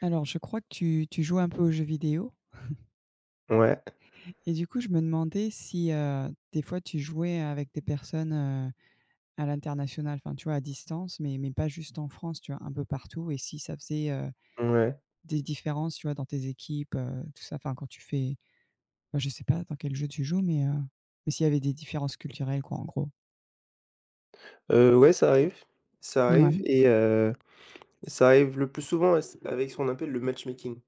Alors, je crois que tu joues un peu aux jeux vidéo Ouais, et du coup, je me demandais si, des fois tu jouais avec des personnes, à l'international, enfin, tu vois, à distance, mais pas juste en France, tu vois, un peu partout et si ça faisait, ouais, des différences, tu vois, dans tes équipes, tout ça, enfin, quand tu fais bah, je sais pas dans quel jeu tu joues, mais s'il y avait des différences culturelles, quoi, en gros? Ouais, ça arrive, ça arrive Ouais, et heu, ça arrive le plus souvent s avec ce qu'on appelle le matchmaking.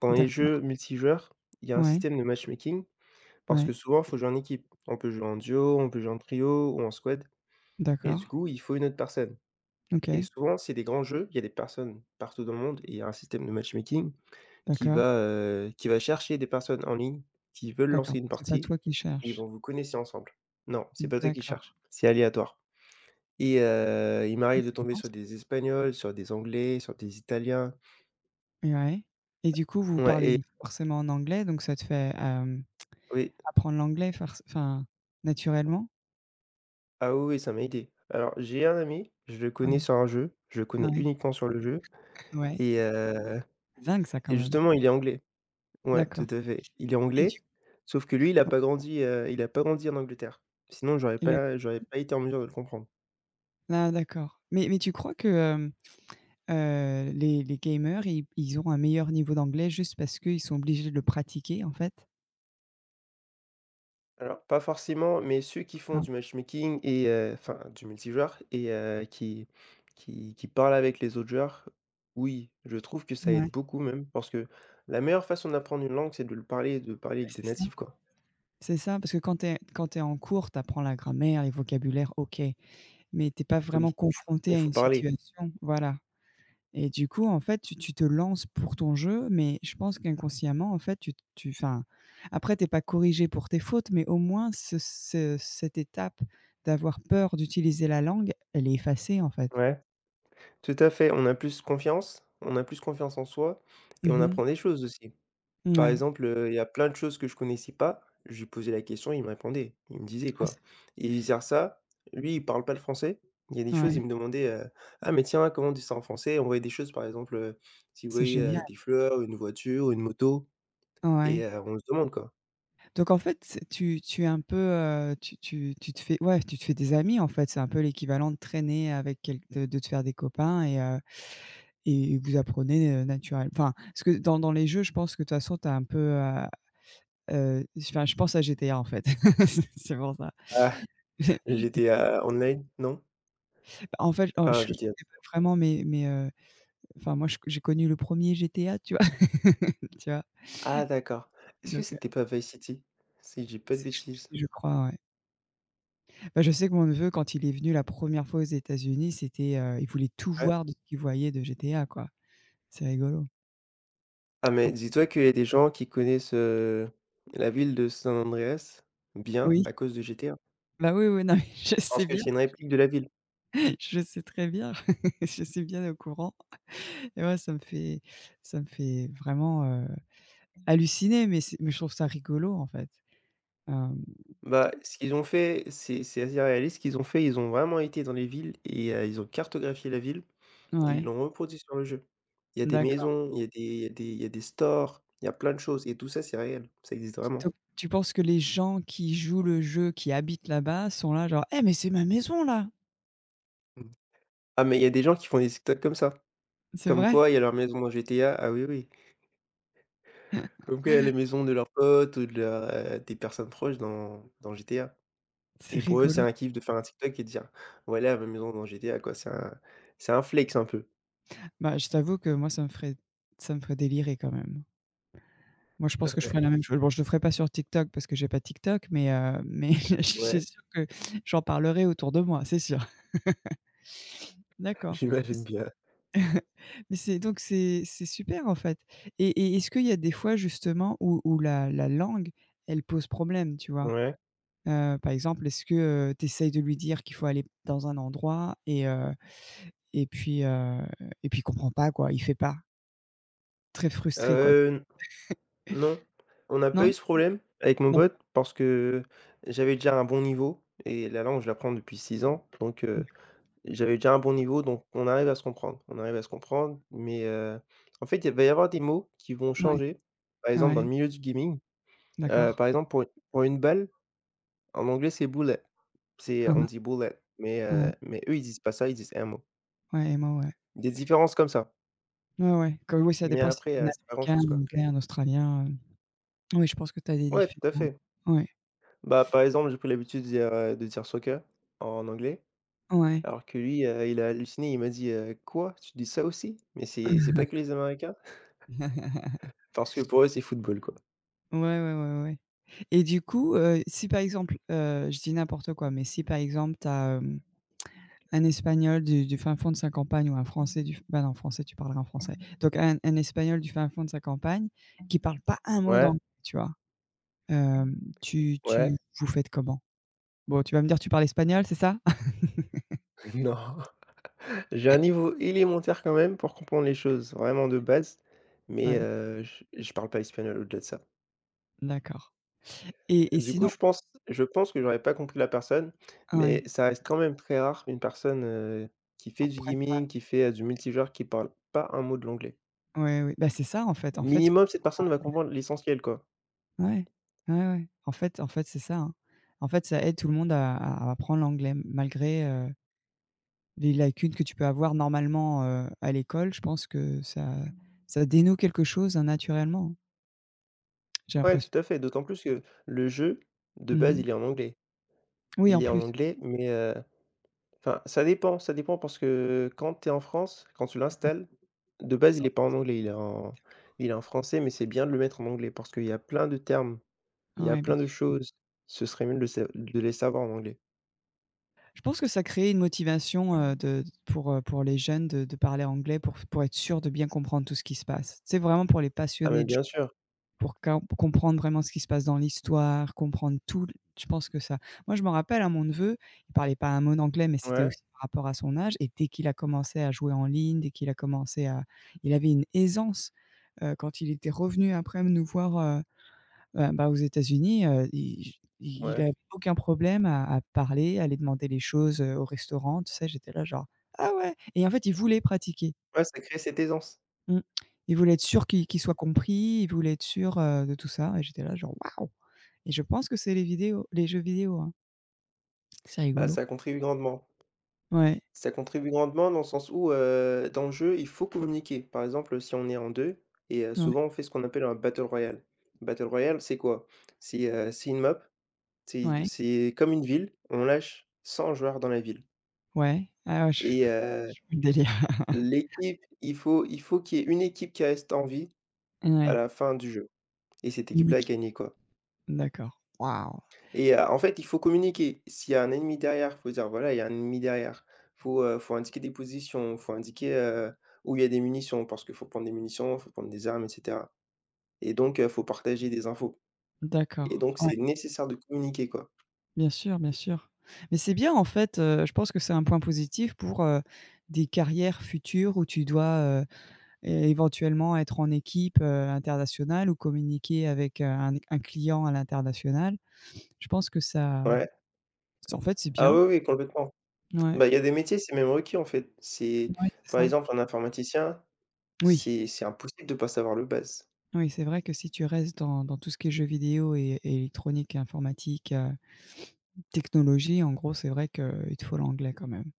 Dans les jeux d'accord. multijoueurs, il y a un Ouais, système de matchmaking parce que ouais, souvent, faut jouer en équipe. On peut jouer en duo, on peut jouer en trio ou en squad et du d'accord. coup, il faut une autre personne et OK, souvent, c'est des grands jeux, il y a des personnes partout dans le monde et il y a un système de matchmaking d'accord, qui va chercher des personnes en ligne qui veulent d'accord. lancer une Donc, c'est pas partie toi qui et ils cherches. vont vous connecter ensemble. Non, c'est pas toi qui D'accord. cherches, c'est aléatoire. Et il Ah, m'arrive de c'est tomber marrant sur ça. des Espagnols, sur des Anglais, sur des Italiens. Ouais et du coup, vous Ouais et parlez forcément en anglais, donc ça te fait, oui. apprendre l'anglais forc enfin, naturellement? Ah oui, oui, ça m'a aidé. Alors j'ai un ami, je le connais Ouais, sur un jeu, je le connais ouais, uniquement sur le jeu ouais. et heu Dingue ça quand et même. justement il est anglais. Ouais, tout D'accord à fait. Il est et anglais, tu sauf que lui, il a ouais pas grandi, il a pas grandi en Angleterre. Sinon et la j'aurais pas été en mesure de le comprendre. ah d'accord. Mais tu crois que, les gamers, ils ont un meilleur niveau d'anglais juste parce qu'ils sont obligés de le pratiquer, en fait? Alors, pas forcément, mais ceux qui font Non? du matchmaking et enfin du multijoueur et qui qui parlent avec les autres joueurs, oui, je trouve que ça aide Ouais, beaucoup même parce que la meilleure façon d'apprendre une langue, c'est de le parler, et de parler bah, avec des c'est ça. natifs, quoi. C'est ça, parce que quand tu es quand t'es en cours, tu apprends la grammaire, les vocabulaires, OK, mais tu pas Oui, vraiment confronté mais il à faut une parler. situation. Voilà. Et du coup, en fait, tu te lances pour ton jeu, mais je pense qu'inconsciemment, en fait, tu enfin, après t'es pas corrigé pour tes fautes, mais au moins ce cette étape d'avoir peur d'utiliser la langue, elle est effacée, en fait. Ouais, tout à fait, on a plus confiance en soi et on Mmh. apprend des choses aussi. Par Ouais. exemple, il y a plein de choses que je connaissais pas, je lui posais la question, il me répondait, il me disait, Ah c'est quoi. Et vice-versa, lui, il parle pas le français, il y a des ouais, choses, il oui, me demandait, «Ah mais tiens, comment on dit ça en français?» On voyait des choses, par exemple, s'il c'est voyait, génial. Des fleurs, une voiture, une moto Ouais. On se demande, quoi. Donc en fait, c'est tu es un peu, tu te fais ouais, tu te fais des amis, en fait. C'est un peu l'équivalent de traîner avec quel de te faire des copains et et vous apprenez, naturel enfin, parce que dans dans les jeux, je pense que de toute façon, tu as un peu, heu. Enfin, je pense à GTA, en fait. C'est pour ça. Ah, GTA Online, non? En fait, oh, Enfin, je connais GTA. pas vraiment, mais enfin, moi, je j'ai connu le premier GTA, tu vois? Tu vois? Ah d'accord. Est-ce que Donc heu, c'était pas Vice City? Si je dis pas de si je bêtises. si je crois, ouais. Bah, je sais que mon neveu, quand il est venu la première fois aux États-Unis, c'était, il voulait tout Ouais? voir de ce qu'il voyait de GTA, quoi. C'est rigolo. Ah mais dis-toi qu'il y a des gens qui connaissent, la ville de San Andreas bien Oui, à cause de GTA. bah, oui, oui, non, mais je sais Parce que bien, c'est une réplique de la ville. je sais très bien, je suis bien au courant et ouais, ça me fait vraiment, halluciner, mais c'est mais je trouve ça rigolo, en fait. Hem, Bah, ce qu'ils ont fait, c'est assez réaliste. Ce qu'ils ont fait, ils ont vraiment été dans les villes et ils ont cartographié la ville et ils ouais, l'ont reproduit sur le jeu. Il y a des d'accord. maisons, il y a des il y a des il y a des stores, il y a plein de choses et tout ça, c'est réel, ça existe vraiment. Donc tu penses que les gens qui jouent le jeu, qui habitent là-bas sont là genre: «Eh mais c'est ma maison là!» Mmh. Ah, mais il y a des gens qui font des TikTok comme ça. C'est Comme vrai? quoi, il y a leur maison dans GTA. Ah oui, oui. Comme quoi, il y a les maisons de leurs potes ou de leurs, des personnes proches dans GTA C'est et pour eux, c'est rigolo. un kiff de faire un TikTok et de dire: «Voilà ma maison dans GTA», quoi. C'est un flex un peu. Bah, je t'avoue que moi ça me ferait délirer quand même. Moi je pense que je ferais Ouais. la même chose. Bon je le ferais pas sur TikTok parce que j'ai pas TikTok mais je suis Ouais. sûre que j'en parlerai autour de moi, c'est sûr. D'accord. Mais J'imagine c bien. mais c'est donc c'est super en fait et est-ce qu'il y a des fois justement où la la langue, elle pose problème, tu vois? Ouais, Par exemple, est-ce que, tu essayes de lui dire qu'il faut aller dans un endroit et puis, heu et puis il comprend pas quoi, il fait pas. Très frustré quoi. Oui. heu, non, on n'a pas Non? eu ce problème avec mon Non. pote parce que j'avais déjà un bon niveau et la langue, je l'apprends depuis 6 ans, donc j'avais déjà un bon niveau, donc on arrive à se comprendre. On arrive à se comprendre, mais en fait, il va y avoir des mots qui vont Ouais, changer. Par exemple, dans le ouais, milieu du gaming, d'accord. par exemple, pour une balle, en anglais, c'est bullet. C'est Mmh. on dit bullet, Ouais, mais eux, ils disent pas ça, ils disent un mot. ouais et moi, ouais. Des différences comme ça, Ouais, ouais, comme oui, ça mais dépend si tu après, un c'est pas Américain, grand-chose, un quoi. Anglais, un Australien, oui, je pense que tu as des Ouais, tout à différences. fait. Ouais, Bah, par exemple, j'ai pris l'habitude de dire soccer en anglais, ouais. alors que lui, il a halluciné, il m'a dit: quoi? Tu dis ça aussi? Mais c'est pas que les Américains?» parce que pour eux, c'est football, quoi. Ouais, ouais, ouais, ouais et du coup, si par exemple, je dis n'importe quoi, mais si par exemple tu as, un Espagnol du fin fond de sa campagne ou un Français du f bah, non, Français, tu parlerais en français. Donc un Espagnol du fin fond de sa campagne qui parle pas un mot Ouais, d'anglais, tu vois? Hem, tu ouais, tu vous faites comment? Bon, tu vas me dire tu parles espagnol, c'est ça? non. J'ai un niveau élémentaire quand même pour comprendre les choses vraiment de base, mais Ouais, je parle pas espagnol au-delà de ça. d'accord et Du coup, sinon je pense que j'aurais pas compris la personne, mais ouais, ça reste quand même très rare une personne, qui fait du comprennent pas. gaming, qui fait, du multijoueur, qui parle pas un mot de l'anglais. Ouais, oui, bah, c'est ça en fait Minimum, cette personne va comprendre l'essentiel, quoi. ouais, ouais, ouais. En fait, c'est ça, hein. En fait, ça aide tout le monde à apprendre l'anglais malgré, heu. Les lacunes que tu peux avoir normalement, à l'école, je pense que ça ça dénoue quelque chose, naturellement, hein, j'ai Ouais, l'impression. tout à fait, d'autant plus que le jeu, de base, Mmh. il est en anglais. Oui, en Il est en plus. anglais, mais, enfin, ça dépend parce que quand tu es en France, quand tu l'installes, de base, il est 100. pas en anglais, il est en français, mais c'est bien de le mettre en anglais parce qu'il y a plein de termes. Il y a Ouais, bien plein de sûr. choses, ce serait mieux de le sa de les savoir en anglais. Je pense que ça crée une motivation, de pour les jeunes de parler anglais pour être sûr de bien comprendre tout ce qui se passe. C'est vraiment pour les Ah passionnés mais de bien sûr, pour com comprendre vraiment ce qui se passe dans l'histoire, comprendre tout. Je pense que ça moi, je me rappelle, à mon neveu, il parlait pas un mot d'anglais, mais c'était ouais, aussi par rapport à son âge et dès qu'il a commencé à jouer en ligne, dès qu'il a commencé à il avait une aisance, quand il était revenu après nous voir, bah, aux États-Unis, il j il ouais. avait aucun problème à parler, à aller demander les choses, au restaurant, tout ça. J'étais là genre: «Ah ouais» et en fait, il voulait pratiquer. Ouais, ça crée cette aisance. Mmh. Il voulait être sûr qu'il soit compris, il voulait être sûr, de tout ça et j'étais là genre: «Waouh!» et je pense que c'est les vidéos les jeux vidéo, hein. C'est Ah, rigolo. ça contribue grandement. Ouais, Ça contribue grandement dans le sens où, dans le jeu, il faut communiquer. Par exemple, si on est en 2 ouais, souvent on fait ce qu'on appelle un battle royale. Battle royale, c'est quoi? C'est une map, ouais, c'est comme une ville, on lâche 100 joueurs dans la ville ouais. Ah ouais, je et heu, je vois le délire. l'équipe, il faut qu'il y ait une équipe qui reste en vie à Ouais, la fin du jeu et cette équipe-là a unique. gagné, quoi. D'accord. Waouh! Et en fait, il faut communiquer. S'il y a un ennemi derrière, faut dire: «Voilà, il y a un ennemi derrière». Faut, faut indiquer des positions, faut indiquer, où il y a des munitions parce qu'il faut prendre des munitions, faut prendre des armes et cetera. Et donc faut partager des infos. Et D'accord. donc Ouais, c'est nécessaire de communiquer, quoi. bien sûr, bien sûr. Mais c'est bien en fait, je pense que c'est un point positif pour, des carrières futures où tu dois, é éventuellement être en équipe, internationale ou communiquer avec, un client à l'international. Je pense que ça Ouais. en fait, c'est Ah oui, bien. oui, complètement. Ouais, Bah, il y a des métiers, c'est même requis en fait. C'est ouais. C'est par ça. exemple un informaticien, Oui, c'est impossible de pas savoir le base. oui, c'est vrai que si tu restes dans dans tout ce qui est jeux vidéo et électronique, informatique, technologie, en gros, c'est vrai qu'il te faut l'anglais quand même.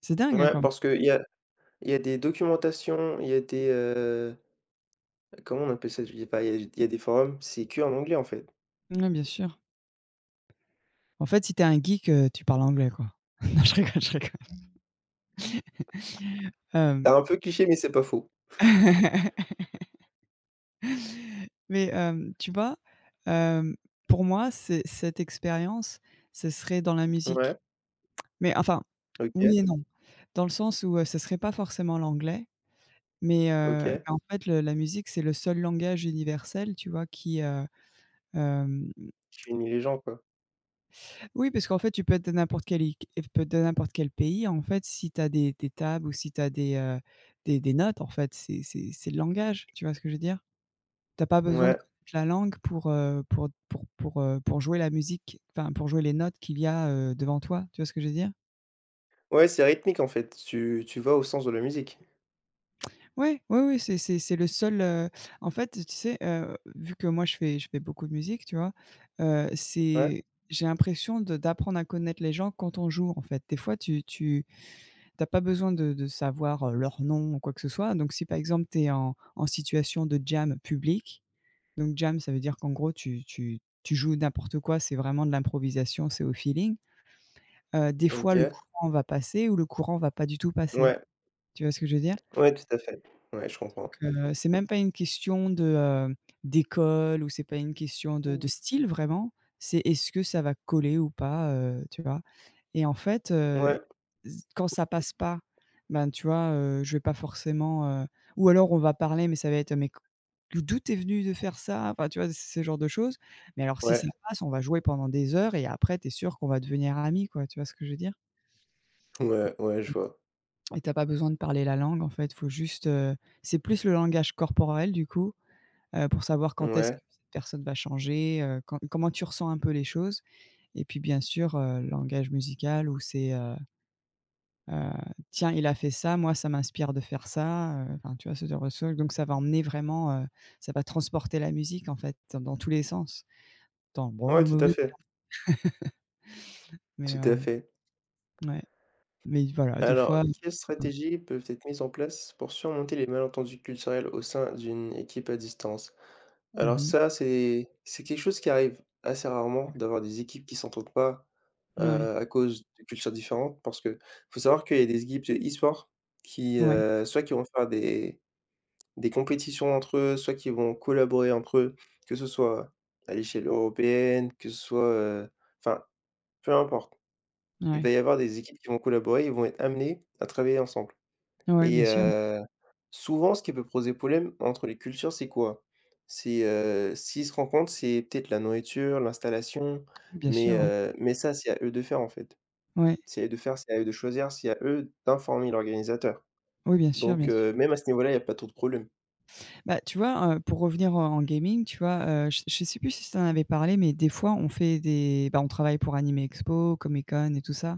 C'est dingue, hein, Ouais, quand mmh parce qu'il y a il y a des documentations, il y a des, comment on appelle ça? Je sais pas, il y a y a des forums, c'est que en anglais en fait. même. Ouais, bien sûr. En fait, si t'es un geek, tu parles anglais, quoi. Non, je rigole, je rigole. Hem, C'est un peu cliché, mais c'est pas faux. mais hem, tu vois, hem, pour moi, c'est cette expérience, ce serait dans la musique. Ouais, Mais enfin, OK, oui et non. Dans le sens où, ce serait pas forcément l'anglais, OK. mais en fait, le la musique, c'est le seul langage universel, tu vois, qui, hem Je finis les gens quoi. oui, parce qu'en fait, tu peux être de n'importe quel i tu peux de n'importe quel pays, en fait, si tu as des tables ou si tu as des, des notes, en fait, c'est le langage, tu vois ce que je veux dire? T'as pas besoin de Ouais. connaître la langue pour, pour jouer la musique, enfin, pour jouer les notes qu'il y a, devant toi, tu vois ce que je veux dire? Ouais, c'est rythmique en fait. Tu vas au sens de la musique. Ouais, ouais, ouais, c'est le seul, en fait, tu sais, vu que moi je fais beaucoup de musique, tu vois? Ouais, C'est j'ai l'impression de d'apprendre à connaître les gens quand on joue, en fait. Des fois, tu tu t'as pas besoin de savoir, leur nom ou quoi que ce soit. Donc si, par exemple, tu es en en situation de jam public, donc jam, ça veut dire qu'en gros tu joues n'importe quoi, c'est vraiment de l'improvisation, c'est au feeling. Des fois, mmh, le OK. courant va passer ou le courant va pas du tout passer. Ouais, Tu vois ce que je veux dire? ouais, tout à fait. Ouais, je comprends. C'est même pas une question de, d'école ou c'est pas une question de style vraiment, c'est est-ce que ça va coller ou pas, tu vois? Et en fait, Ouais, z quand ça passe pas, ben, tu vois, je vais pas forcément, ou alors on va parler mais ça va être: «Mais co d'où tu venu de faire ça?» enfin, tu vois? Ce genre de choses. Mais alors si ouais, ça passe, on va jouer pendant des heures et après t'es sûr qu'on va devenir amis, quoi, tu vois ce que je veux dire? ouais, ouais, je vois. Et t'as pas besoin de parler la langue en fait, faut juste, c'est plus le langage corporel du coup pour savoir quand est-ce que Ouais. cette personne va changer, quand comment tu ressens un peu les choses et puis bien sûr, langage musical où c'est, heu: «Tiens, il a fait ça, moi ça m'inspire de faire ça», enfin tu vois, ce genre de choses donc ça va emmener vraiment, ça va transporter la musique en fait dans dans tous les sens, dans le bon ou Ouais, le tout à mauvais fait, mais tout à heu, fait. ouais, mais voilà des Alors, fois mmh. quelles stratégies peuvent être mises en place pour surmonter les malentendus culturels au sein d'une équipe à distance? Alors Mmh. ça, c'est quelque chose qui arrive assez rarement D'accord. d'avoir des équipes qui s'entendent pas, Ouais, à cause de cultures différentes parce que faut savoir qu'il y a des équipes de e-sport qui, ouais, soit qui vont faire des compétitions entre eux, soit qui vont collaborer entre eux, que ce soit à l'échelle européenne, que ce soit, enfin, peu importe. Il va ouais. y avoir des équipes qui vont collaborer, ils vont être amenés à travailler ensemble Ouais, bien et sûr, ouais. Souvent ce qui peut poser problème entre les cultures, c'est quoi? C'est, s'ils se rencontrent, c'est peut-être la nourriture, l'installation, Bien sûr, ouais. Mais ça, c'est à eux de faire, en fait. Ouais. C'est à eux de faire, c'est à eux de choisir, c'est à eux d'informer l'organisateur. Oui, bien sûr, Donc bien sûr. Même à ce niveau-là, il y a pas trop de problèmes. Bah, tu vois, pour revenir en en gaming, tu vois, je sais plus si tu en avais parlé, mais des fois, on fait des bah, on travaille pour Anime Expo, Comic Con et tout ça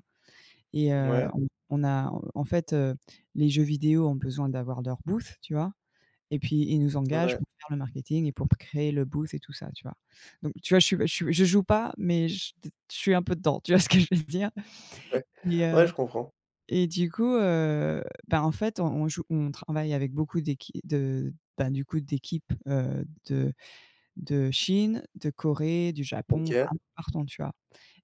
et Ouais, on a en fait, les jeux vidéo ont besoin d'avoir leur booth, tu vois? Et puis ils nous engagent ouais, pour faire le marketing et pour créer le booth et tout ça, tu vois? Donc tu vois, je suis je joue pas, mais je suis un peu dedans, tu vois ce que je veux dire? ouais. Et Ouais, heu je comprends. et du coup, bah, en fait, on joue on travaille avec beaucoup d'équipes de bah, du coup d'équipes, de Chine, de Corée, du Japon, enfin OK, un peu partout, tu vois?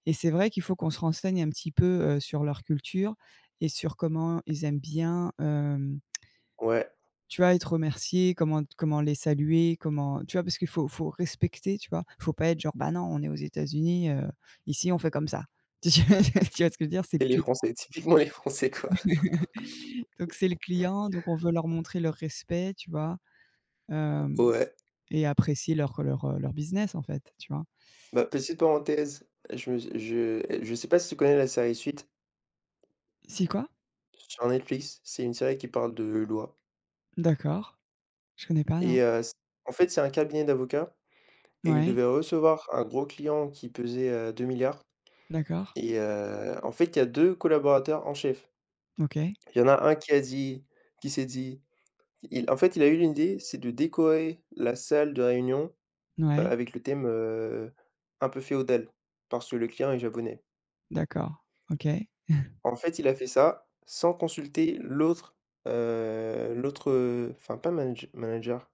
Et c'est vrai qu'il faut qu'on se renseigne un petit peu, sur leur culture et sur comment ils aiment bien, ouais. tu vois, être remerciés, comment les saluer, comment tu vois? Parce qu'il faut faut respecter, tu vois? Faut pas être genre: «Bah, non, on est aux États-Unis, ici, on fait comme ça». Tu vois ce que je veux dire? C'est le C'est les client. Français, typiquement les Français, quoi. Donc c'est le client, donc on veut leur montrer le respect, tu vois? Hem Ouais. et apprécier leur business, en fait, tu vois? Bah, petite parenthèse, je me je sais pas si tu connais la série Suite Si quoi? sur Netflix, c'est une série qui parle de loi D'accord. Je connais pas, non. et c en fait, c'est un cabinet d'avocats et ils Ouais, devaient recevoir un gros client qui pesait, 2 000 d'accord. et en fait, il y a 2 collaborateurs en chef. OK. Il y en a un qui a dit qui s'est dit il en fait, il a eu l'idée, c'est de décorer la salle de réunion, Ouais, avec le thème, un peu féodal parce que le client est japonais. d'accord. OK. En fait, il a fait ça sans consulter l'autre, enfin pas manager,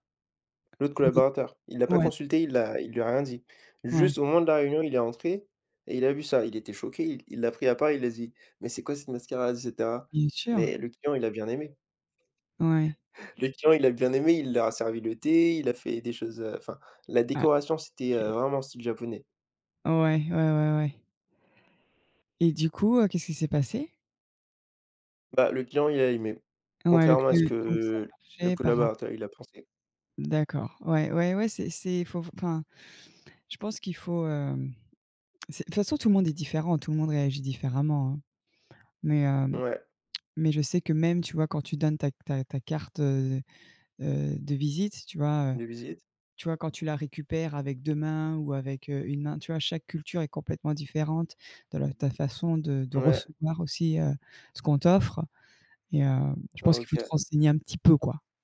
l'autre Lui collaborateur. Il l'a pas ouais, consulté, il lui a rien dit. ouais, Juste au moment de la réunion, il est entré et il a vu ça. Il était choqué, il l'a pris à part, il a dit: «Mais c'est quoi cette mascarade?» et cetera. bien sûr. Mais le client, il a bien aimé. Ouais. Le client, il a bien aimé, il leur a servi le thé, il a fait des choses, enfin la Ah, décoration, c'était, OK. vraiment style japonais. Ouais, ouais, ouais, ouais. Et du coup, qu'est-ce qui s'est passé? Bah, le client, il a aimé, Ouais, le contrairement à ce club, donc ça a que le marché par rapport. collaborateur, il a pensé. D'accord. Ouais, ouais, ouais, c'est faut enfin, je pense qu'il faut, hem, c'est de toute façon, tout le monde est différent, tout le monde réagit différemment, hein. Mais, hem, Ouais, mais je sais que même, tu vois, quand tu donnes ta carte, de visite, tu vois, de visite, tu vois, quand tu la récupères avec 2 mains ou avec, 1 main, tu vois? Chaque culture est complètement différente de la ta façon de ouais. recevoir aussi, ce qu'on t'offre et je pense qu'il faut te OK. renseigner un petit peu, quoi.